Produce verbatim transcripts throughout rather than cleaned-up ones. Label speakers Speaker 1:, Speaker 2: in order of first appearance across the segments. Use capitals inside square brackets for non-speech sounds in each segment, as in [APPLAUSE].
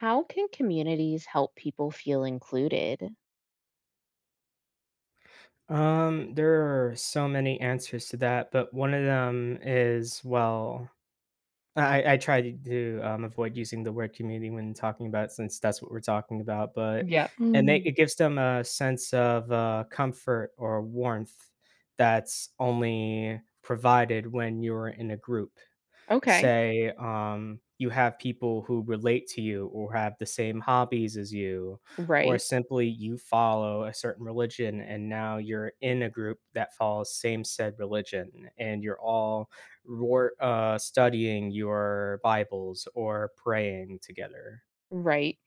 Speaker 1: How can communities help people feel included?
Speaker 2: Um, there are so many answers to that, but one of them is well, I I try to um, avoid using the word community when talking about it since that's what we're talking about, but
Speaker 1: Yeah.
Speaker 2: and
Speaker 1: Mm,
Speaker 2: they it gives them a sense of uh, comfort or warmth that's only provided when you're in a group.
Speaker 1: Okay.
Speaker 2: Say, um, you have people who relate to you or have the same hobbies as you, or
Speaker 1: Right.
Speaker 2: simply you follow a certain religion and now you're in a group that follows same said religion and you're all wor uh, studying your Bibles or praying together,
Speaker 1: Right.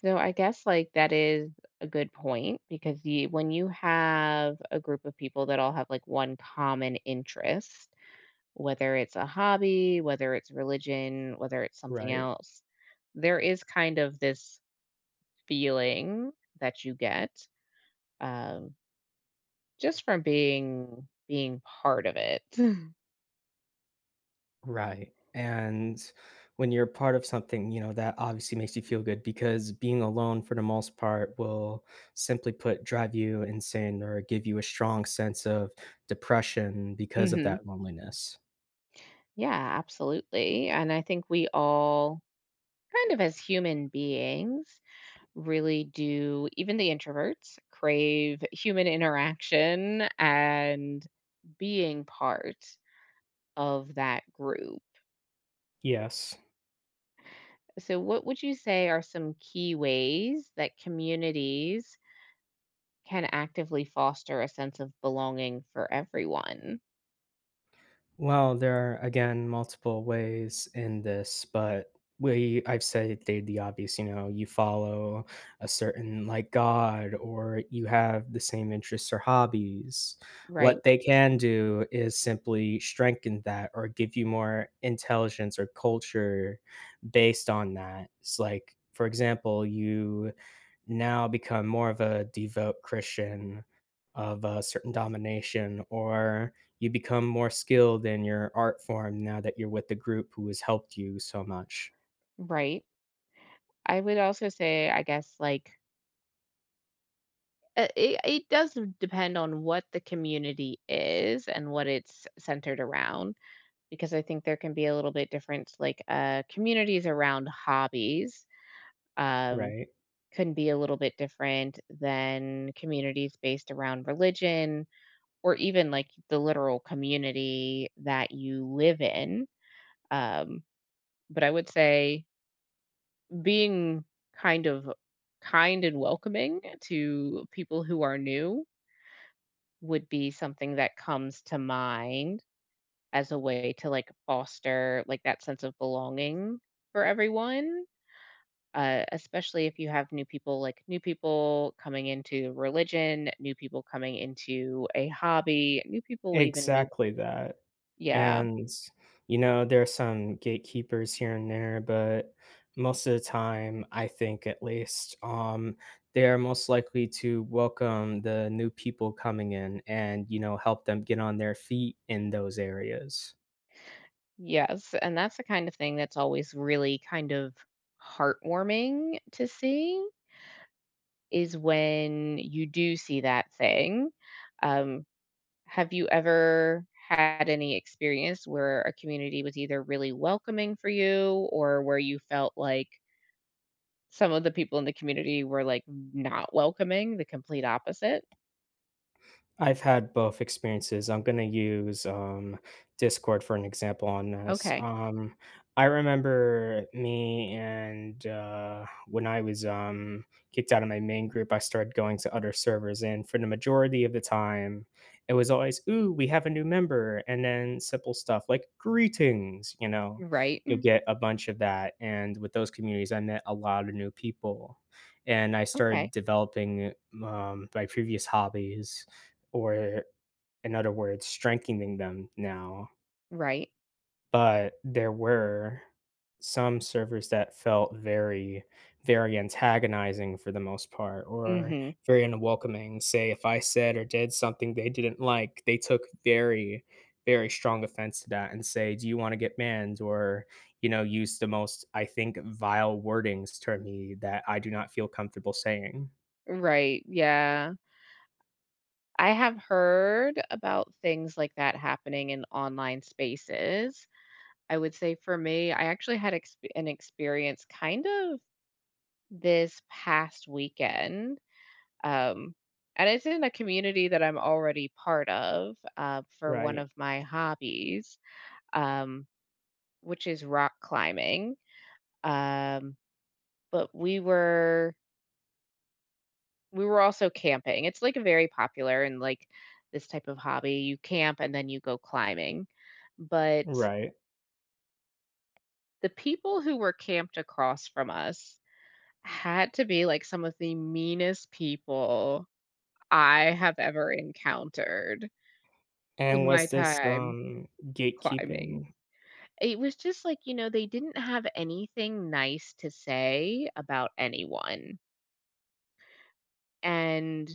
Speaker 1: So I guess like that is a good point because you, when you have a group of people that all have like one common interest, whether it's a hobby, whether it's religion, whether it's something
Speaker 2: right?
Speaker 1: else, there is kind of this feeling that you get um, just from being being part of it. [LAUGHS]
Speaker 2: Right. And when you're part of something, you know, that obviously makes you feel good because being alone for the most part will simply put drive you insane or give you a strong sense of depression because of
Speaker 1: hmm
Speaker 2: that loneliness.
Speaker 1: Yeah, absolutely. And I think we all, kind of as human beings, really do, even the introverts, crave human interaction and being part of that group.
Speaker 2: Yes.
Speaker 1: So, what would you say are some key ways that communities can actively foster a sense of belonging for everyone?
Speaker 2: Well, there are again multiple ways in this, but we I've said they the obvious, you know, you follow a certain like god or you have the same interests or hobbies.
Speaker 1: Right,
Speaker 2: What they can do is simply strengthen that or give you more intelligence or culture based on that. It's like, for example, you now become more of a devout Christian of a certain domination or you become more skilled in your art form now that you're with the group who has helped you so much,
Speaker 1: right. I would also say, I guess, like Uh, it it does depend on what the community is and what it's centered around, because I think there can be a little bit different, like, uh, communities around hobbies, um,
Speaker 2: right?
Speaker 1: can be a little bit different than communities based around religion or even, like, the literal community that you live in, um, but I would say being kind of kind and welcoming to people who are new would be something that comes to mind as a way to, like, foster, like, that sense of belonging for everyone, uh, especially if you have new people like, new people coming into religion, new people coming into a hobby, new people even move.
Speaker 2: Exactly that.
Speaker 1: Yeah.
Speaker 2: And, you know, there are some gatekeepers here and there, but most of the time, I think at least, um, they are most likely to welcome the new people coming in and, you know, help them get on their feet in those areas.
Speaker 1: Yes, and that's the kind of thing that's always really kind of heartwarming to see, is when you do see that thing, um Have you ever had any experience where a community was either really welcoming for you or where you felt like some of the people in the community were, like, not welcoming, the complete opposite?
Speaker 2: I've had both experiences. I'm gonna use um, Discord for an example on this.
Speaker 1: Okay.
Speaker 2: Um, I remember me and uh, when I was um, kicked out of my main group, I started going to other servers, and for the majority of the time, it was always, "Ooh, we have a new member," and then simple stuff like "Greetings," you know.
Speaker 1: Right.
Speaker 2: You'll get a bunch of that, and with those communities, I met a lot of new people, and I started
Speaker 1: Okay.
Speaker 2: developing um, my previous hobbies or in other words, strengthening them now.
Speaker 1: Right.
Speaker 2: But there were some servers that felt very, very antagonizing for the most part or
Speaker 1: Mhm.
Speaker 2: very unwelcoming. Say, if I said or did something they didn't like, they took very, very strong offense to that and say, "Do you want to get banned?" Or, you know, use the most, I think, vile wordings to me that I do not feel comfortable saying.
Speaker 1: Right, yeah. I have heard about things like that happening in online spaces. I would say for me, I actually had exp an experience kind of this past weekend. Um, and it's in a community that I'm already part of uh, for one
Speaker 2: Right.
Speaker 1: of my hobbies, um, which is rock climbing. Um, but we were we were also camping. It's like very popular in like this type of hobby. You camp and then you go climbing. But
Speaker 2: Right.
Speaker 1: the people who were camped across from us had to be like some of the meanest people I have ever encountered in
Speaker 2: And
Speaker 1: my
Speaker 2: was this
Speaker 1: time
Speaker 2: um
Speaker 1: climbing.
Speaker 2: gatekeeping?
Speaker 1: It was just like, you know, they didn't have anything nice to say about anyone. And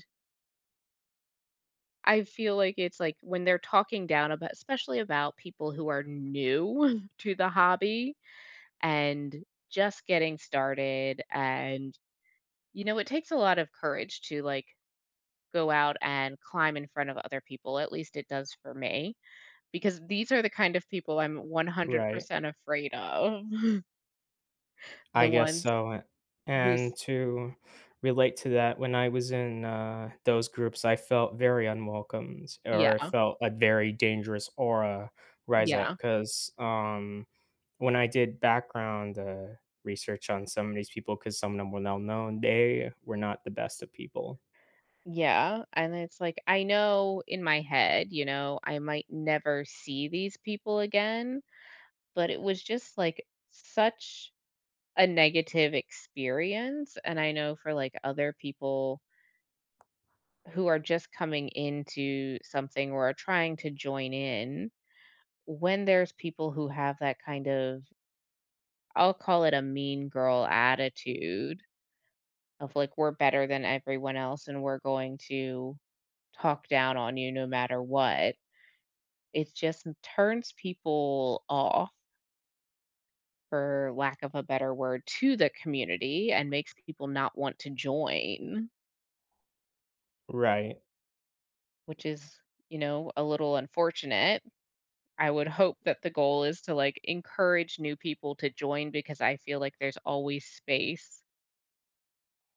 Speaker 1: I feel like it's like when they're talking down about, especially about people who are new [LAUGHS] to the hobby and just getting started. And, you know, it takes a lot of courage to like go out and climb in front of other people. At least it does for me, because these are the kind of people I'm
Speaker 2: Right.
Speaker 1: one hundred percent afraid of. [LAUGHS] the
Speaker 2: I guess
Speaker 1: ones
Speaker 2: so,
Speaker 1: who's,
Speaker 2: and to relate to that, when I was in, uh, those groups, I felt very unwelcomed, or I
Speaker 1: yeah,
Speaker 2: felt a very dangerous aura rise
Speaker 1: yeah.
Speaker 2: up 'cause, um, when I did background, uh, research on some of these people, because some of them were well known, they were not the best of people.
Speaker 1: Yeah, and it's like I know in my head, you know, I might never see these people again, but it was just like such a negative experience and I know for like other people who are just coming into something or are trying to join in, when there's people who have that kind of I'll call it a mean girl attitude of like we're better than everyone else and we're going to talk down on you no matter what. It just m turns people off, for lack of a better word, to the community and makes people not want to join,
Speaker 2: Right.
Speaker 1: which is, you know, a little unfortunate. I would [LAUGHS] hope that the goal is to, like, encourage new people to join because I feel like there's always space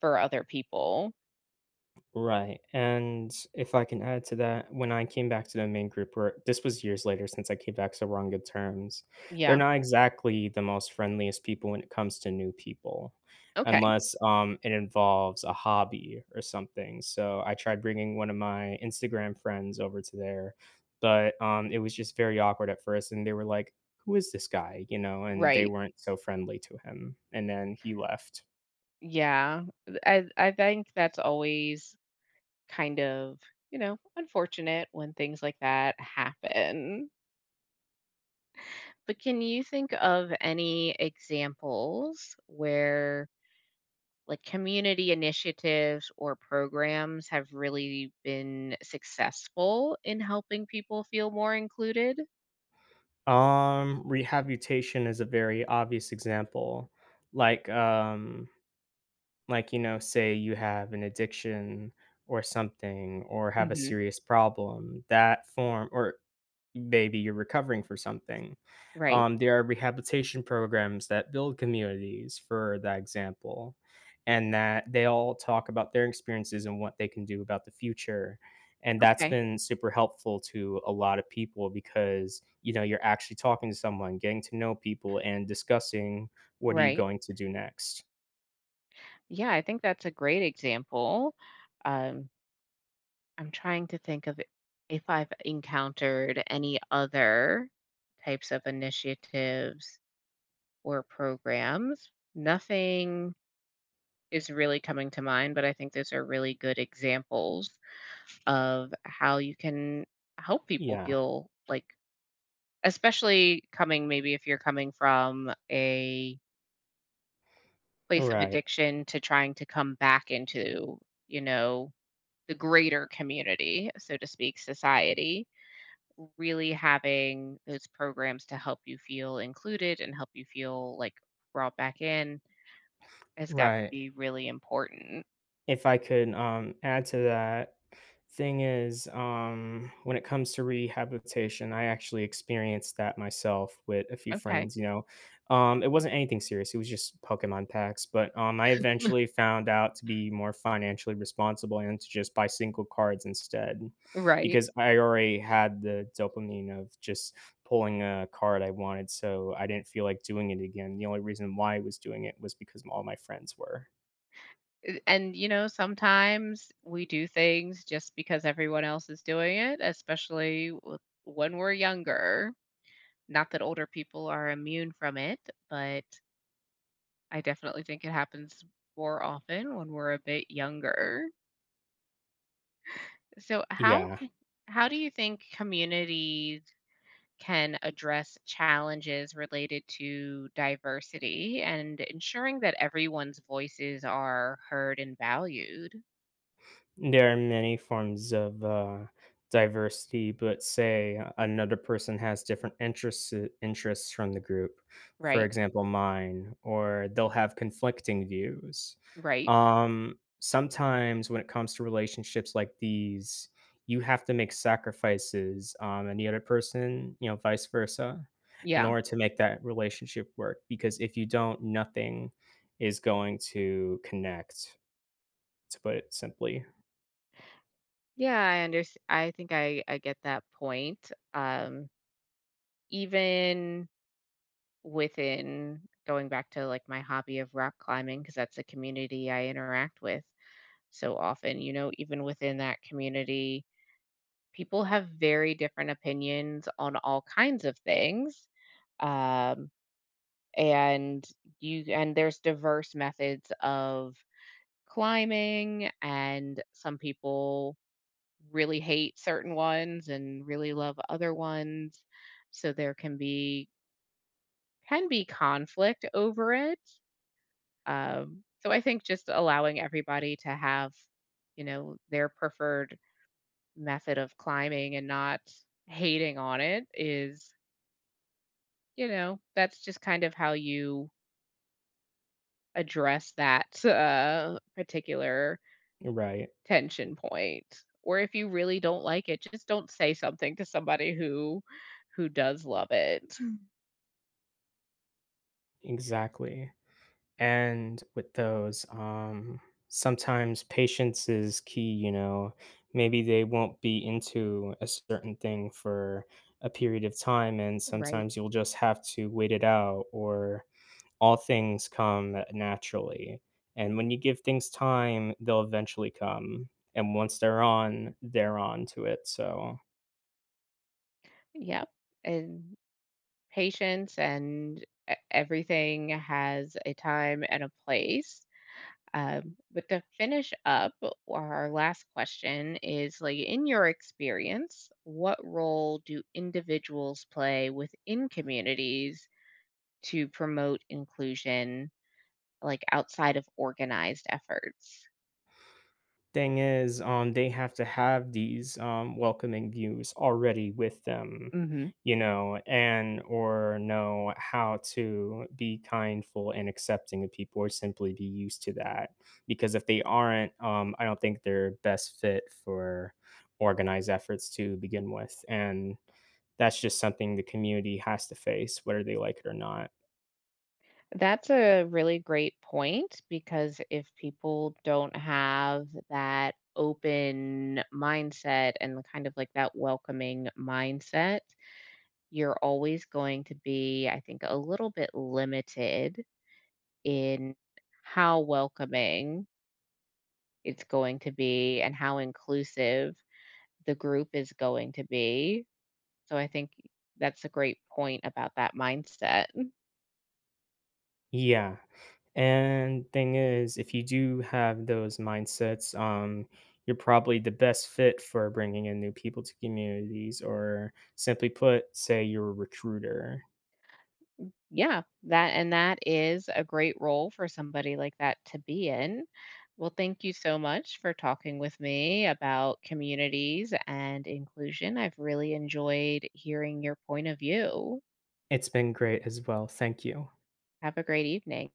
Speaker 1: for other people.
Speaker 2: Right, and if I can add to that, when I came back to the main group where this was years later since I came back, so we're on good terms. They're
Speaker 1: Yeah.
Speaker 2: not exactly the most friendliest people when it comes to new people,
Speaker 1: Okay.
Speaker 2: unless, um, it involves a hobby or something, so I tried bringing one of my Instagram friends over to there, but, um, it was just very awkward at first, and they were like, "Who is this guy?" You know, and they
Speaker 1: Right.
Speaker 2: weren't so friendly to him, and then he left.
Speaker 1: Yeah. I I think that's always kind of, you know, unfortunate when things like that happen. But can you think of any examples where like community initiatives or programs have really been successful in helping people feel more included?
Speaker 2: Um, rehabilitation is a very obvious example. Like, um, like you know, say you have an addiction or something, or have a
Speaker 1: hmm
Speaker 2: serious problem. That form, or maybe you're recovering for something.
Speaker 1: Right.
Speaker 2: Um, there are rehabilitation programs that build communities, for that example, and that they all talk about their experiences and what they can do about the future. And that's
Speaker 1: Okay.
Speaker 2: been super helpful to a lot of people because you know you're actually talking to someone, getting to know people, and discussing what are you
Speaker 1: Right.
Speaker 2: going to do next.
Speaker 1: Yeah, I think that's a great example. Um, I'm trying to think of if I've encountered any other types of initiatives or programs. Nothing is really coming to mind, but I think those are really good examples of how you can help people
Speaker 2: Yeah,
Speaker 1: feel like especially coming maybe if you're coming from a place of
Speaker 2: right,
Speaker 1: addiction to trying to come back into, you know, the greater community, so to speak, society, really having those programs to help you feel included and help you feel like brought back in has got to
Speaker 2: right.
Speaker 1: be really important.
Speaker 2: If I could, um, add to that, thing is, um, when it comes to rehabilitation, I actually experienced that myself with a few
Speaker 1: Okay.
Speaker 2: friends, you know? Um, it wasn't anything serious, it was just Pokemon packs, but, um, I eventually
Speaker 1: [LAUGHS]
Speaker 2: found out to be more financially responsible and to just buy single cards instead
Speaker 1: Right.
Speaker 2: because I already had the dopamine of just pulling a card I wanted, so I didn't feel like doing it again. The only reason why I was doing it was because all my friends were.
Speaker 1: Uh, And you know, sometimes we do things just because everyone else is doing it, especially w- when we're younger. Not that older people are immune from it, but I definitely think it happens more often when we're a bit younger. So how
Speaker 2: Yeah.
Speaker 1: c- how do you think communities can address challenges related to diversity and ensuring that everyone's voices are heard and valued,
Speaker 2: There are many forms of uh, diversity, but say another person has different interests uh, interests from the group. For
Speaker 1: right?
Speaker 2: example, mine, or they'll have conflicting views.
Speaker 1: Right.
Speaker 2: Um, sometimes, when it comes to relationships like these, you have to make sacrifices, um, and the other person, you know, vice versa, in
Speaker 1: Yeah.
Speaker 2: order to make that relationship work. Because if you don't, nothing is going to connect. To put it simply,
Speaker 1: Yeah, I understand. I think I I get that point. Um, even within going back to, like, my hobby of rock climbing, because that's a community I interact with so often, you know, even within that community, people have very different opinions on all kinds of things, um, and you and there's diverse methods of climbing, and some people really hate certain ones and really love other ones. So there can be can be conflict over it. Um, so I think just allowing everybody to have, you know, their preferred method of climbing and not hating on it is, you know, that's just kind of how you address that uh, particular
Speaker 2: right?
Speaker 1: tension point. Or if you really don't like it, just don't say something to somebody who who does love it.
Speaker 2: Exactly. And with those, um, sometimes patience is key, you know. Maybe they won't be into a certain thing for a period of time, and
Speaker 1: Right.
Speaker 2: sometimes you'll just have to wait it out, or all things come naturally. And when you give things time, they'll eventually come. And once they're on, they're on to it. So
Speaker 1: Yep. And patience and e- everything has a time and a place. Um, but to finish up, our last question is like, in your experience, what role do individuals play within communities to promote inclusion, like outside of organized efforts?
Speaker 2: thing is, um, they have to have these um, welcoming views already with them,
Speaker 1: Mhm.
Speaker 2: you know, and or know how to be kindful and accepting of people, or simply be used to that. Because if they aren't, um, I don't think they're best fit for organized efforts to begin with, and that's just something the community has to face, whether they like it or not.
Speaker 1: That's a really great point because if people don't have that open mindset and the kind of like that welcoming mindset, you're always going to be, I think, a little bit limited in how welcoming it's going to be and how inclusive the group is going to be. So I think that's a great point about that mindset.
Speaker 2: Yeah. And thing is, if you do have those mindsets, um, you're probably the best fit for bringing in new people to communities, or simply put, say you're a recruiter.
Speaker 1: Yeah, that and that is a great role for somebody like that to be in. Well, thank you so much for talking with me about communities and inclusion. I've really enjoyed hearing your point of view.
Speaker 2: It's been great as well. Thank you.
Speaker 1: Have a great evening.